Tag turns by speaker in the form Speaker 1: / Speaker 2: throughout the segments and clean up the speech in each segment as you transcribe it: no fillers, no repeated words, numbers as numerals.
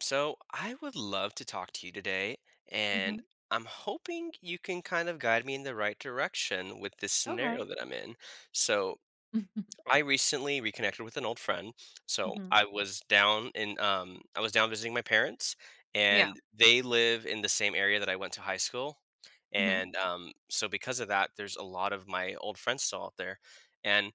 Speaker 1: So, I would love to talk to you today, and
Speaker 2: Mhm.
Speaker 1: I'm hoping you can kind of guide me in the right direction with this scenario
Speaker 2: Okay.
Speaker 1: that I'm in. So, I recently reconnected with an old friend. So
Speaker 2: Mhm.
Speaker 1: I was down in I was down visiting my parents,
Speaker 2: Yeah.
Speaker 1: and they live in the same area that I went to high school.
Speaker 2: Mhm.
Speaker 1: And so because of that there's a lot of my old friends still out there. And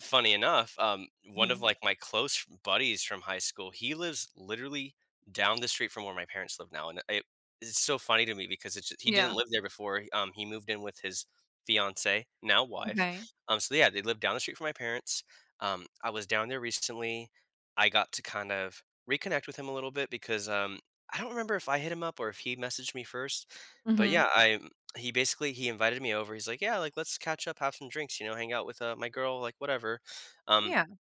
Speaker 1: funny enough, one of
Speaker 2: Mhm.
Speaker 1: like my close buddies from high school, he lives literally down the street from where my parents live now, and it's so funny to me because it's he didn't
Speaker 2: Yeah.
Speaker 1: live there before. He moved in with his fiance, now wife.
Speaker 2: Okay.
Speaker 1: So yeah, they live down the street from my parents. I was down there recently. I got to kind of reconnect with him a little bit because I don't remember if I hit him up or if he messaged me first. But
Speaker 2: Mhm.
Speaker 1: yeah, I he basically he invited me over. He's like, yeah, like let's catch up, have some drinks, you know, hang out with my girl, like whatever. Um,
Speaker 2: Yeah.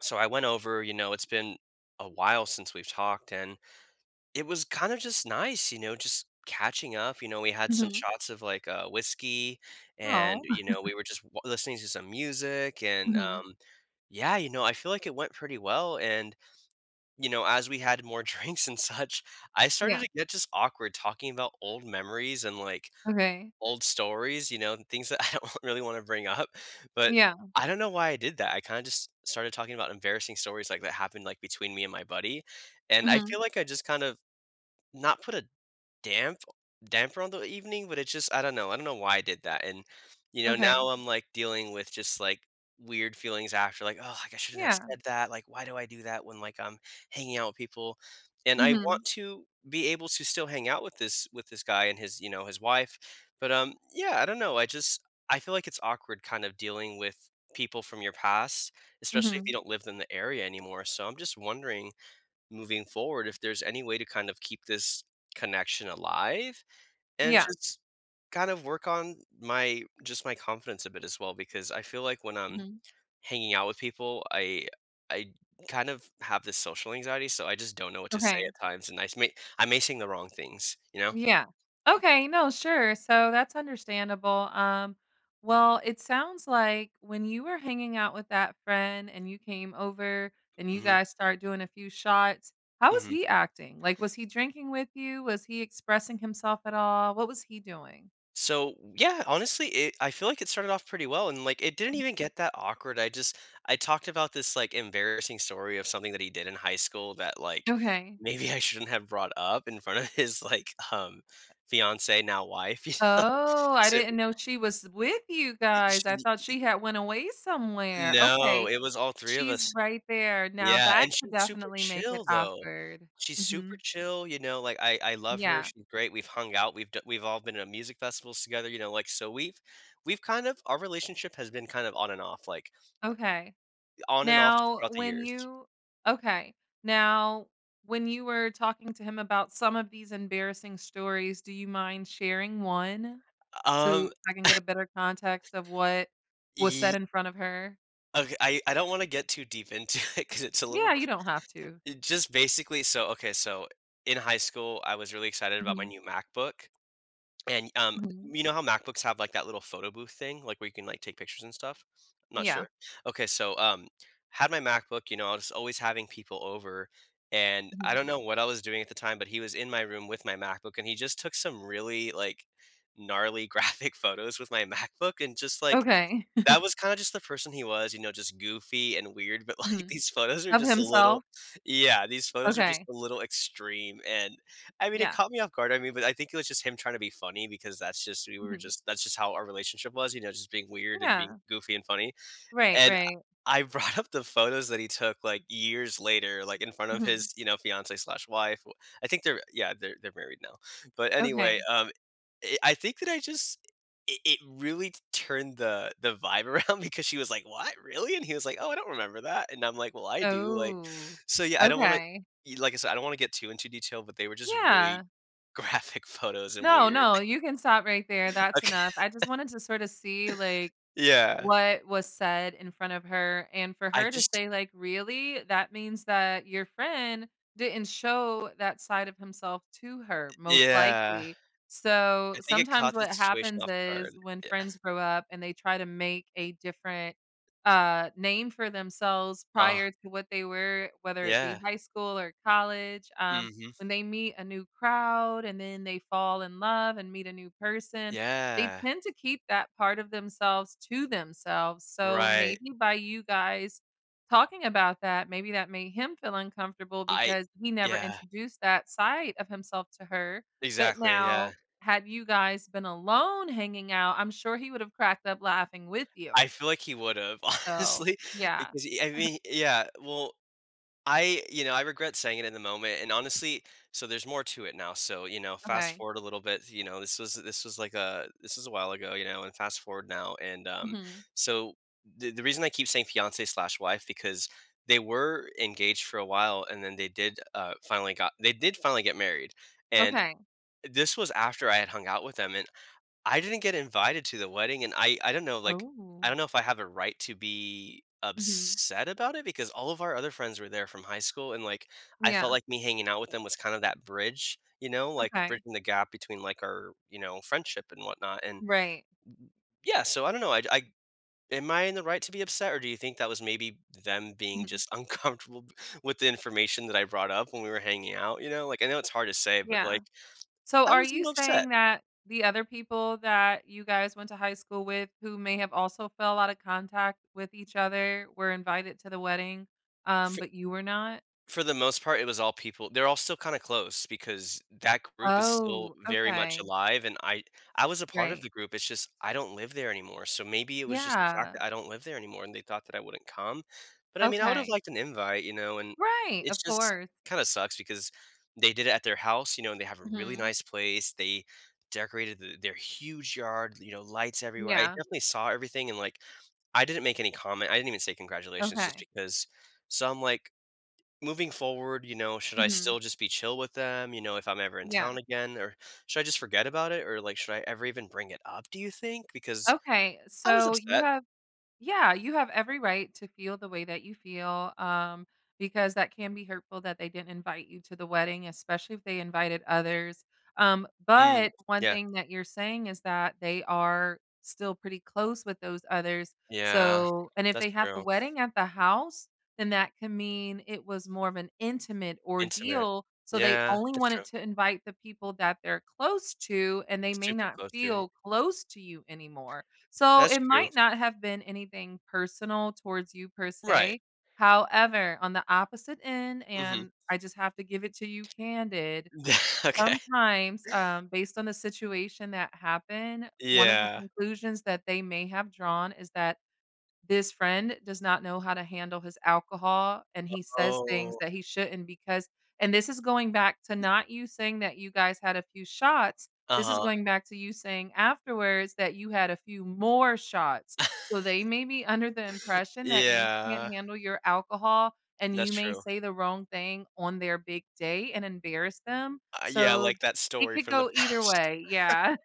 Speaker 1: so I went over. You know, it's been a while since we've talked, and it was kind of just nice, you know, just catching up, you know, we had some
Speaker 2: Mhm.
Speaker 1: shots of, like, whiskey, and,
Speaker 2: Oh.
Speaker 1: you know, we were just w listening to some music and,
Speaker 2: Mhm.
Speaker 1: yeah, you know, I feel like it went pretty well, and, you know, as we had more drinks and such, I started to
Speaker 2: Yeah.
Speaker 1: get just awkward talking about old memories and, like,
Speaker 2: Okay.
Speaker 1: old stories, you know, things that I don't really wanna bring up, but
Speaker 2: Yeah.
Speaker 1: I don't know why I did that. I kinda just started talking about embarrassing stories, like, that happened, like, between me and my buddy, and I
Speaker 2: Mhm.
Speaker 1: feel like I just kind of not put a damp damper on the evening, but it's just I don't know. I don't know why I did that. And you know,
Speaker 2: Okay.
Speaker 1: now I'm like dealing with just like weird feelings after, like, oh, like I shouldn't have
Speaker 2: Yeah.
Speaker 1: said that. Like, why do I do that when like I'm hanging out with people? And I want
Speaker 2: Mhm.
Speaker 1: to be able to still hang out with this guy and his, you know, his wife. But yeah, I don't know. I just I feel like it's awkward kind of dealing with people from your past, especially if you
Speaker 2: Mhm.
Speaker 1: don't live in the area anymore. So I'm just wondering, moving forward, if there's any way to kind of keep this connection alive and
Speaker 2: Yeah.
Speaker 1: just kind of work on my just my confidence a bit as well, because I feel like when I'm
Speaker 2: Mhm.
Speaker 1: hanging out with people I kind of have this social anxiety, so I just don't know what to say
Speaker 2: Okay.
Speaker 1: at times, and I may sing the wrong things, you know.
Speaker 2: Yeah. Okay, no, sure. So that's understandable. Well, it sounds like when you were hanging out with that friend and you came over and you
Speaker 1: Hmm.
Speaker 2: guys start doing a few shots, how was
Speaker 1: Hmm.
Speaker 2: he acting? Like, was he drinking with you? Was he expressing himself at all? What was he doing?
Speaker 1: So yeah, honestly, I feel like it started off pretty well, and like it didn't even get that awkward. I just I talked about this like embarrassing story of something that he did in high school that, like,
Speaker 2: Okay.
Speaker 1: maybe I shouldn't have brought up in front of his like fiance, now wife. You know,
Speaker 2: Oh, I
Speaker 1: so
Speaker 2: didn't know she was with you guys. I
Speaker 1: she,
Speaker 2: thought she had went away somewhere.
Speaker 1: no,
Speaker 2: Okay.
Speaker 1: it was all three of
Speaker 2: She's
Speaker 1: us.
Speaker 2: right there. Now
Speaker 1: Yeah,
Speaker 2: that
Speaker 1: and
Speaker 2: could
Speaker 1: she's super
Speaker 2: definitely make it
Speaker 1: chill though.
Speaker 2: awkward.
Speaker 1: She's
Speaker 2: Hmm.
Speaker 1: super chill, you know, like, I love her,
Speaker 2: Yeah.
Speaker 1: she's great, we've hung out, we've all been at music festivals together, you know, like, so we've kind of our relationship has been kind of on and off, like,
Speaker 2: Okay.
Speaker 1: on and off just
Speaker 2: Now,
Speaker 1: throughout the
Speaker 2: when
Speaker 1: years.
Speaker 2: you okay. Now, when you were talking to him about some of these embarrassing stories, do you mind sharing one so
Speaker 1: Um,
Speaker 2: I can get a better context of what was
Speaker 1: ye
Speaker 2: said in front of her?
Speaker 1: Okay, I don't wanna get too deep into it because it's a little
Speaker 2: Yeah,
Speaker 1: gr
Speaker 2: you don't have to.
Speaker 1: it just basically so, okay, so in high school, I was really excited about my
Speaker 2: Mhm,
Speaker 1: new MacBook. And,
Speaker 2: mhm.
Speaker 1: you know how MacBooks have, like, that little photo booth thing, like, where you can, like, take pictures and stuff? I'm not
Speaker 2: Yeah.
Speaker 1: sure. Okay, so, had my MacBook, you know, I was always having people over, and I
Speaker 2: Mhm.
Speaker 1: don't know what I was doing at the time, but he was in my room with my MacBook, and he just took some really, like, gnarly graphic photos with my MacBook and just, like,
Speaker 2: Okay.
Speaker 1: that was kinda just the person he was, you know, just goofy and weird, but, like,
Speaker 2: Mhm.
Speaker 1: these photos are
Speaker 2: Of
Speaker 1: just a little.
Speaker 2: himself?
Speaker 1: Yeah, these photos are just
Speaker 2: Okay.
Speaker 1: a little extreme, and I mean, it
Speaker 2: Yeah.
Speaker 1: caught me off guard, I mean, but I think it was just him trying to be funny because that's just we were
Speaker 2: Mhm.
Speaker 1: just that's just how our relationship was, you know, just being weird and being
Speaker 2: Yeah.
Speaker 1: goofy and funny,
Speaker 2: Right,
Speaker 1: and
Speaker 2: right.
Speaker 1: I brought up the photos that he took, like, years later, like, in front of
Speaker 2: Mhm.
Speaker 1: his, you know, fiance slash w I think they're yeah, they're married now, but
Speaker 2: Okay.
Speaker 1: anyway, I think that I just it really turned the vibe around because she was like, "What? Really?" And he was like, "Oh, I don't remember that." And I'm like, "Well, I do." Like,
Speaker 2: Oh.
Speaker 1: so yeah, I don't wanna
Speaker 2: Okay.
Speaker 1: like I said, I don't wanna get too into detail, but they were just really
Speaker 2: Yeah.
Speaker 1: graphic photos and
Speaker 2: No,
Speaker 1: weird.
Speaker 2: no, you can stop right there, that's
Speaker 1: Okay.
Speaker 2: enough. I just wanted to sort of see, like,
Speaker 1: Yeah.
Speaker 2: what was said in front of her, and for
Speaker 1: I
Speaker 2: her to
Speaker 1: just
Speaker 2: say, like, "Really?" That means that your friend didn't show that side of himself to her, most
Speaker 1: yeah.
Speaker 2: likely. So,
Speaker 1: I think it
Speaker 2: sometimes
Speaker 1: caught the
Speaker 2: what
Speaker 1: situation
Speaker 2: happens
Speaker 1: off
Speaker 2: is
Speaker 1: guard.
Speaker 2: when friends grow up and they try to make a different, name for themselves
Speaker 1: Uh,
Speaker 2: prior to what they were, whether it
Speaker 1: yeah.
Speaker 2: be high school or college,
Speaker 1: Mhm.
Speaker 2: when they meet a new crowd and then they fall in love and meet a new person, they
Speaker 1: Yeah.
Speaker 2: tend to keep that part of themselves to themselves, so
Speaker 1: Right.
Speaker 2: maybe by you guys talking about that, maybe that made him feel uncomfortable
Speaker 1: I
Speaker 2: because he never
Speaker 1: yeah.
Speaker 2: introduced that side of himself to her, but
Speaker 1: Exactly, yeah.
Speaker 2: now had you guys been alone hanging out, I'm sure he would have cracked up laughing with you.
Speaker 1: I feel like he would've,
Speaker 2: So,
Speaker 1: honestly,
Speaker 2: yeah.
Speaker 1: because he I mean yeah, well, I you know, I regret saying it in the moment, and honestly so there's more to it now, so, you know, fast
Speaker 2: Okay.
Speaker 1: forward a little bit, you know, this was like a this was a while ago, you know, and fast forward now, and,
Speaker 2: Mhm.
Speaker 1: so the reason I keep saying fiance slash wife because they were engaged for a while, and then they did, finally got they did finally get married, and
Speaker 2: Okay.
Speaker 1: this was after I had hung out with them, and I didn't get invited to the wedding, and I don't know, like, I
Speaker 2: Oh.
Speaker 1: don't know if I have a right to be
Speaker 2: Mhm.
Speaker 1: upset about it because all of our other friends were there from high school, and, like, I felt
Speaker 2: Yeah.
Speaker 1: like me hanging out with them was kind of that bridge, you know, like,
Speaker 2: Okay.
Speaker 1: bridging the gap between, like, our, you know, friendship and whatnot, and
Speaker 2: Right.
Speaker 1: yeah, so I don't know, I am I in the right to be upset, or do you think that was maybe them being
Speaker 2: Mhm.
Speaker 1: just uncomfortable b with the information that I brought up when we were hanging out, you know? Like, I know it's hard to say, but,
Speaker 2: Yeah.
Speaker 1: like,
Speaker 2: So
Speaker 1: I
Speaker 2: are
Speaker 1: was a
Speaker 2: you
Speaker 1: little upset.
Speaker 2: saying that the other people that you guys went to high school with who may have also fell out of contact with each other were invited to the wedding, but you were not?
Speaker 1: For the most part, it was all people they're all still kinda close because that group is still
Speaker 2: Oh,
Speaker 1: very much
Speaker 2: okay.
Speaker 1: alive, and I was a part of
Speaker 2: Right.
Speaker 1: the group, it's just I don't live there anymore, so maybe it was just the fact
Speaker 2: Yeah.
Speaker 1: that I don't live there anymore and they thought that I wouldn't come, but I mean, I would have
Speaker 2: Okay.
Speaker 1: liked an invite, you know, and
Speaker 2: Right,
Speaker 1: it's
Speaker 2: of
Speaker 1: just
Speaker 2: course.
Speaker 1: kinda sucks because they did it at their house, you know, and they have a really
Speaker 2: Mhm.
Speaker 1: nice place, they decorated their huge yard, you know, lights everywhere, I
Speaker 2: Yeah.
Speaker 1: definitely saw everything and, like, I didn't make any comment, I didn't even say congratulations just
Speaker 2: Okay.
Speaker 1: because so I'm like, moving forward, you know, should I
Speaker 2: Mhm.
Speaker 1: still just be chill with them, you know, if I'm ever in
Speaker 2: Yeah.
Speaker 1: town again, or should I just forget about it, or, like, should I ever even bring it up, do you think? Because
Speaker 2: Okay.
Speaker 1: I was
Speaker 2: So you
Speaker 1: upset.
Speaker 2: have Yeah, you have every right to feel the way that you feel, because that can be hurtful that they didn't invite you to the wedding, especially if they invited others.
Speaker 1: Mm,
Speaker 2: But one
Speaker 1: yeah,
Speaker 2: thing that you're saying is that they are still pretty close with those others.
Speaker 1: yeah,
Speaker 2: So, and if
Speaker 1: that's
Speaker 2: they had the
Speaker 1: true.
Speaker 2: wedding at the house, then that can mean it was more of an intimate
Speaker 1: Intimate.
Speaker 2: ordeal. So they
Speaker 1: Yeah,
Speaker 2: only
Speaker 1: that's true.
Speaker 2: wanted to invite the people that they're close to, and they may
Speaker 1: Super
Speaker 2: not
Speaker 1: close to it.
Speaker 2: feel close to you anymore. So
Speaker 1: That's
Speaker 2: it
Speaker 1: true.
Speaker 2: might not have been anything personal towards you per
Speaker 1: Right.
Speaker 2: se. However, on the opposite end,
Speaker 1: Mhm.
Speaker 2: and I just have to give it to you candid,
Speaker 1: Okay.
Speaker 2: sometimes, based on the situation that happened, one of the
Speaker 1: Yeah.
Speaker 2: conclusions that they may have drawn is that this friend does not know how to handle his alcohol, and he says things
Speaker 1: Oh,
Speaker 2: that he shouldn't because and this is going back to not you saying that you guys had a few shots. This is
Speaker 1: uh-huh.
Speaker 2: going back to you saying afterwards that you had a few more shots. So they may be under the impression that you can't
Speaker 1: Yeah,
Speaker 2: handle your alcohol, and
Speaker 1: that's
Speaker 2: you may
Speaker 1: true.
Speaker 2: say the wrong thing on their big day and embarrass them.
Speaker 1: Yeah,
Speaker 2: So
Speaker 1: like that
Speaker 2: it
Speaker 1: story
Speaker 2: could
Speaker 1: from the
Speaker 2: go either
Speaker 1: past.
Speaker 2: way. Yeah.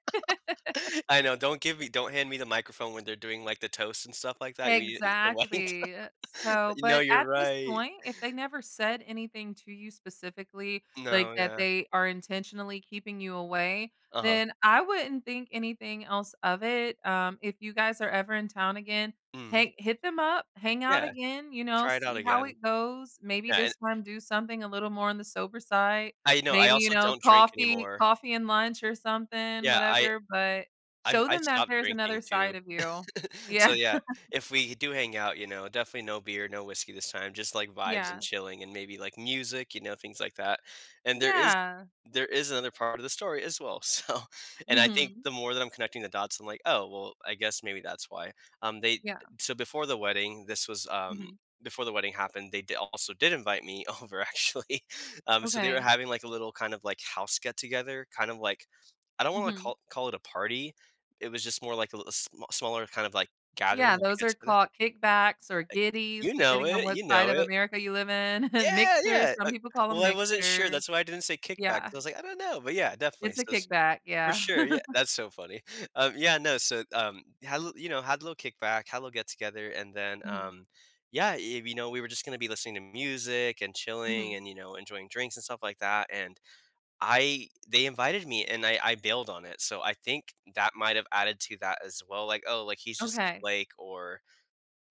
Speaker 1: I know, don't hand me the microphone when they're doing, like, the toast and stuff like that, you the wedding.
Speaker 2: Exactly. So,
Speaker 1: No,
Speaker 2: but
Speaker 1: you're
Speaker 2: at this
Speaker 1: right.
Speaker 2: point, if they never said anything to you specifically,
Speaker 1: No,
Speaker 2: like that
Speaker 1: yeah.
Speaker 2: they are intentionally keeping you away,
Speaker 1: Uh-huh.
Speaker 2: then I wouldn't think anything else of it. If you guys are ever in town again,
Speaker 1: Mm.
Speaker 2: hey, hit them up, hang out
Speaker 1: Yeah,
Speaker 2: again, you know,
Speaker 1: try it out
Speaker 2: see how
Speaker 1: again.
Speaker 2: it goes. Maybe
Speaker 1: Yeah, and
Speaker 2: this time do something a little more on the sober side.
Speaker 1: I know, I
Speaker 2: Maybe, you
Speaker 1: also
Speaker 2: know,
Speaker 1: don't drink
Speaker 2: coffee,
Speaker 1: anymore.
Speaker 2: coffee and lunch or something,
Speaker 1: Yeah,
Speaker 2: whatever, but show
Speaker 1: I
Speaker 2: them that
Speaker 1: stopped
Speaker 2: there's
Speaker 1: drinking
Speaker 2: another
Speaker 1: too.
Speaker 2: side of you.
Speaker 1: So
Speaker 2: Yeah.
Speaker 1: yeah, if we do hang out, you know, definitely no beer, no whiskey this time, just like vibes and
Speaker 2: Yeah.
Speaker 1: chilling and maybe like music, you know, things like that. And
Speaker 2: Yeah.
Speaker 1: there is another part of the story as well. So, and I think
Speaker 2: Mhm.
Speaker 1: the more that I'm connecting the dots, I'm like, oh, well, I guess maybe that's why. They
Speaker 2: Yeah.
Speaker 1: so before the wedding, this was
Speaker 2: Mhm.
Speaker 1: before the wedding happened, they did invite me over actually. So they were
Speaker 2: Okay.
Speaker 1: having like a little kind of like house get together, kind of like I don't want to
Speaker 2: Mhm.
Speaker 1: call it a party, it was just more like a little sm smaller kind of, like, gathering,
Speaker 2: Yeah,
Speaker 1: like a
Speaker 2: those are
Speaker 1: get-together.
Speaker 2: called kickbacks or
Speaker 1: You
Speaker 2: giddies,
Speaker 1: know
Speaker 2: depending on
Speaker 1: it,
Speaker 2: what
Speaker 1: you
Speaker 2: side
Speaker 1: know
Speaker 2: of
Speaker 1: it.
Speaker 2: America you live in.
Speaker 1: Yeah,
Speaker 2: Mixers,
Speaker 1: yeah,
Speaker 2: some people call
Speaker 1: well,
Speaker 2: them
Speaker 1: I wasn't sure,
Speaker 2: mixers.
Speaker 1: that's why I didn't say kickback, 'cause
Speaker 2: Yeah.
Speaker 1: I was like, "I don't know," but yeah, definitely,
Speaker 2: It's a
Speaker 1: so it's
Speaker 2: kickback,
Speaker 1: for
Speaker 2: yeah.
Speaker 1: sure, yeah, that's so funny. Yeah, no, so, had a little you know, had a little kickback, had a little get-together, and then,
Speaker 2: Mhm.
Speaker 1: yeah, y you know, we were just gonna be listening to music and chilling
Speaker 2: Mhm.
Speaker 1: and, you know, enjoying drinks and stuff like that, and I they invited me and I bailed on it, so I think that might have added to that as well, like, "Oh, like, he's just a
Speaker 2: Okay.
Speaker 1: flake," or,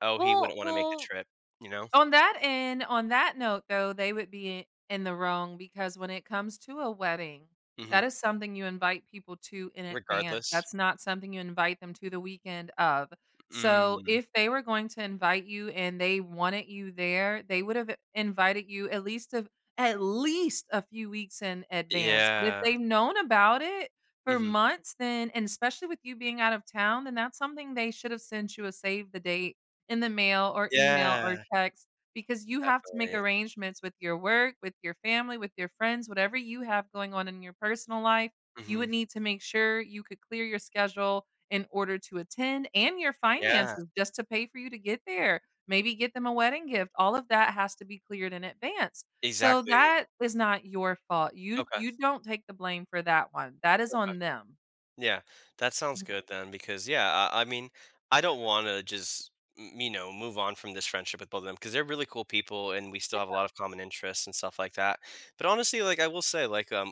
Speaker 1: "Oh, he wouldn't
Speaker 2: Well
Speaker 1: wanna make the
Speaker 2: well
Speaker 1: trip," you know?
Speaker 2: On that end on that note, though, they would be in the wrong because when it comes to a wedding,
Speaker 1: Mhm.
Speaker 2: that is something you invite people to in advance.
Speaker 1: Regardless.
Speaker 2: That's not something you invite them to the weekend of. So,
Speaker 1: Mm.
Speaker 2: if they were going to invite you and they wanted you there, they would have invited you at least a few weeks in advance. But if
Speaker 1: Yeah.
Speaker 2: they've known about it for
Speaker 1: Mhm.
Speaker 2: months, then and especially with you being out of town, then that's something they should have sent you a save the date in the mail or email or
Speaker 1: Yeah.
Speaker 2: text because you have to make
Speaker 1: Definitely.
Speaker 2: arrangements with your work, with your family, with your friends, whatever you have going on in your personal life, you
Speaker 1: Mhm.
Speaker 2: would need to make sure you could clear your schedule in order to attend and your
Speaker 1: Yeah.
Speaker 2: finances just to pay for you to get there. Maybe get them a wedding gift. All of that has to be cleared in advance. So
Speaker 1: Exactly.
Speaker 2: that is not your fault. You
Speaker 1: Okay.
Speaker 2: you don't take the blame for that one. That is
Speaker 1: Okay.
Speaker 2: on them.
Speaker 1: Yeah, that sounds
Speaker 2: Mhm.
Speaker 1: good then because yeah, I mean, I don't want to just you know move on from this friendship with both of them because they're really cool people and we still have a
Speaker 2: Yeah,
Speaker 1: lot of common interests and stuff like that. But honestly, like I will say, like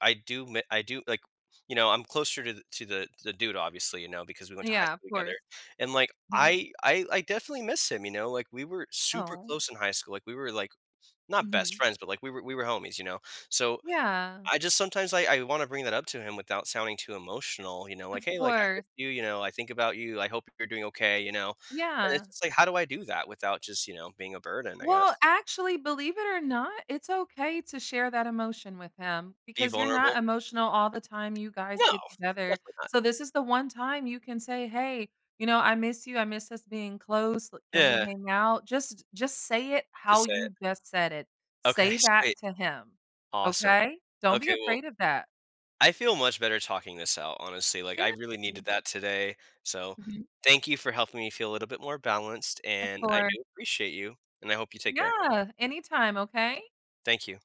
Speaker 1: I do I do like you know I'm closer to the, to the dude obviously you know because we went to high
Speaker 2: yeah, of
Speaker 1: school
Speaker 2: course.
Speaker 1: together, and like
Speaker 2: Mhm.
Speaker 1: I definitely miss him you know like we were super
Speaker 2: Oh.
Speaker 1: close in high school like we were like not best
Speaker 2: Mhm.
Speaker 1: friends but like we were homies you know, so
Speaker 2: Yeah,
Speaker 1: I just sometimes I wanna bring that up to him without sounding too emotional, you know,
Speaker 2: of
Speaker 1: like, "Hey, like, I miss
Speaker 2: course.
Speaker 1: you, you know, I think about you, I hope you're doing okay," you know? And it's
Speaker 2: Yeah.
Speaker 1: just like, how do I do that without just, you know, being a burden, I
Speaker 2: Well,
Speaker 1: guess?
Speaker 2: actually, believe it or not, it's okay to share that emotion with him
Speaker 1: Be
Speaker 2: because you're not
Speaker 1: vulnerable?
Speaker 2: emotional all the time you guys
Speaker 1: No,
Speaker 2: get together. So this is the one time you can say, "Hey, you know, I miss you. I miss us being close. L- Can we
Speaker 1: yeah,
Speaker 2: hang out?" Just say it
Speaker 1: just
Speaker 2: how
Speaker 1: say it.
Speaker 2: you just said it.
Speaker 1: Okay,
Speaker 2: Say
Speaker 1: sweet.
Speaker 2: that to him.
Speaker 1: Awesome.
Speaker 2: Okay? Don't be
Speaker 1: Okay, well,
Speaker 2: afraid of that.
Speaker 1: I feel much better talking this out, honestly, like,
Speaker 2: Yeah.
Speaker 1: I really needed that today, so
Speaker 2: Mhm.
Speaker 1: thank you for helping me feel a little bit more balanced,
Speaker 2: Of
Speaker 1: and I
Speaker 2: course.
Speaker 1: do appreciate you, and I hope you take care.
Speaker 2: Yeah, anytime, okay?
Speaker 1: Thank you.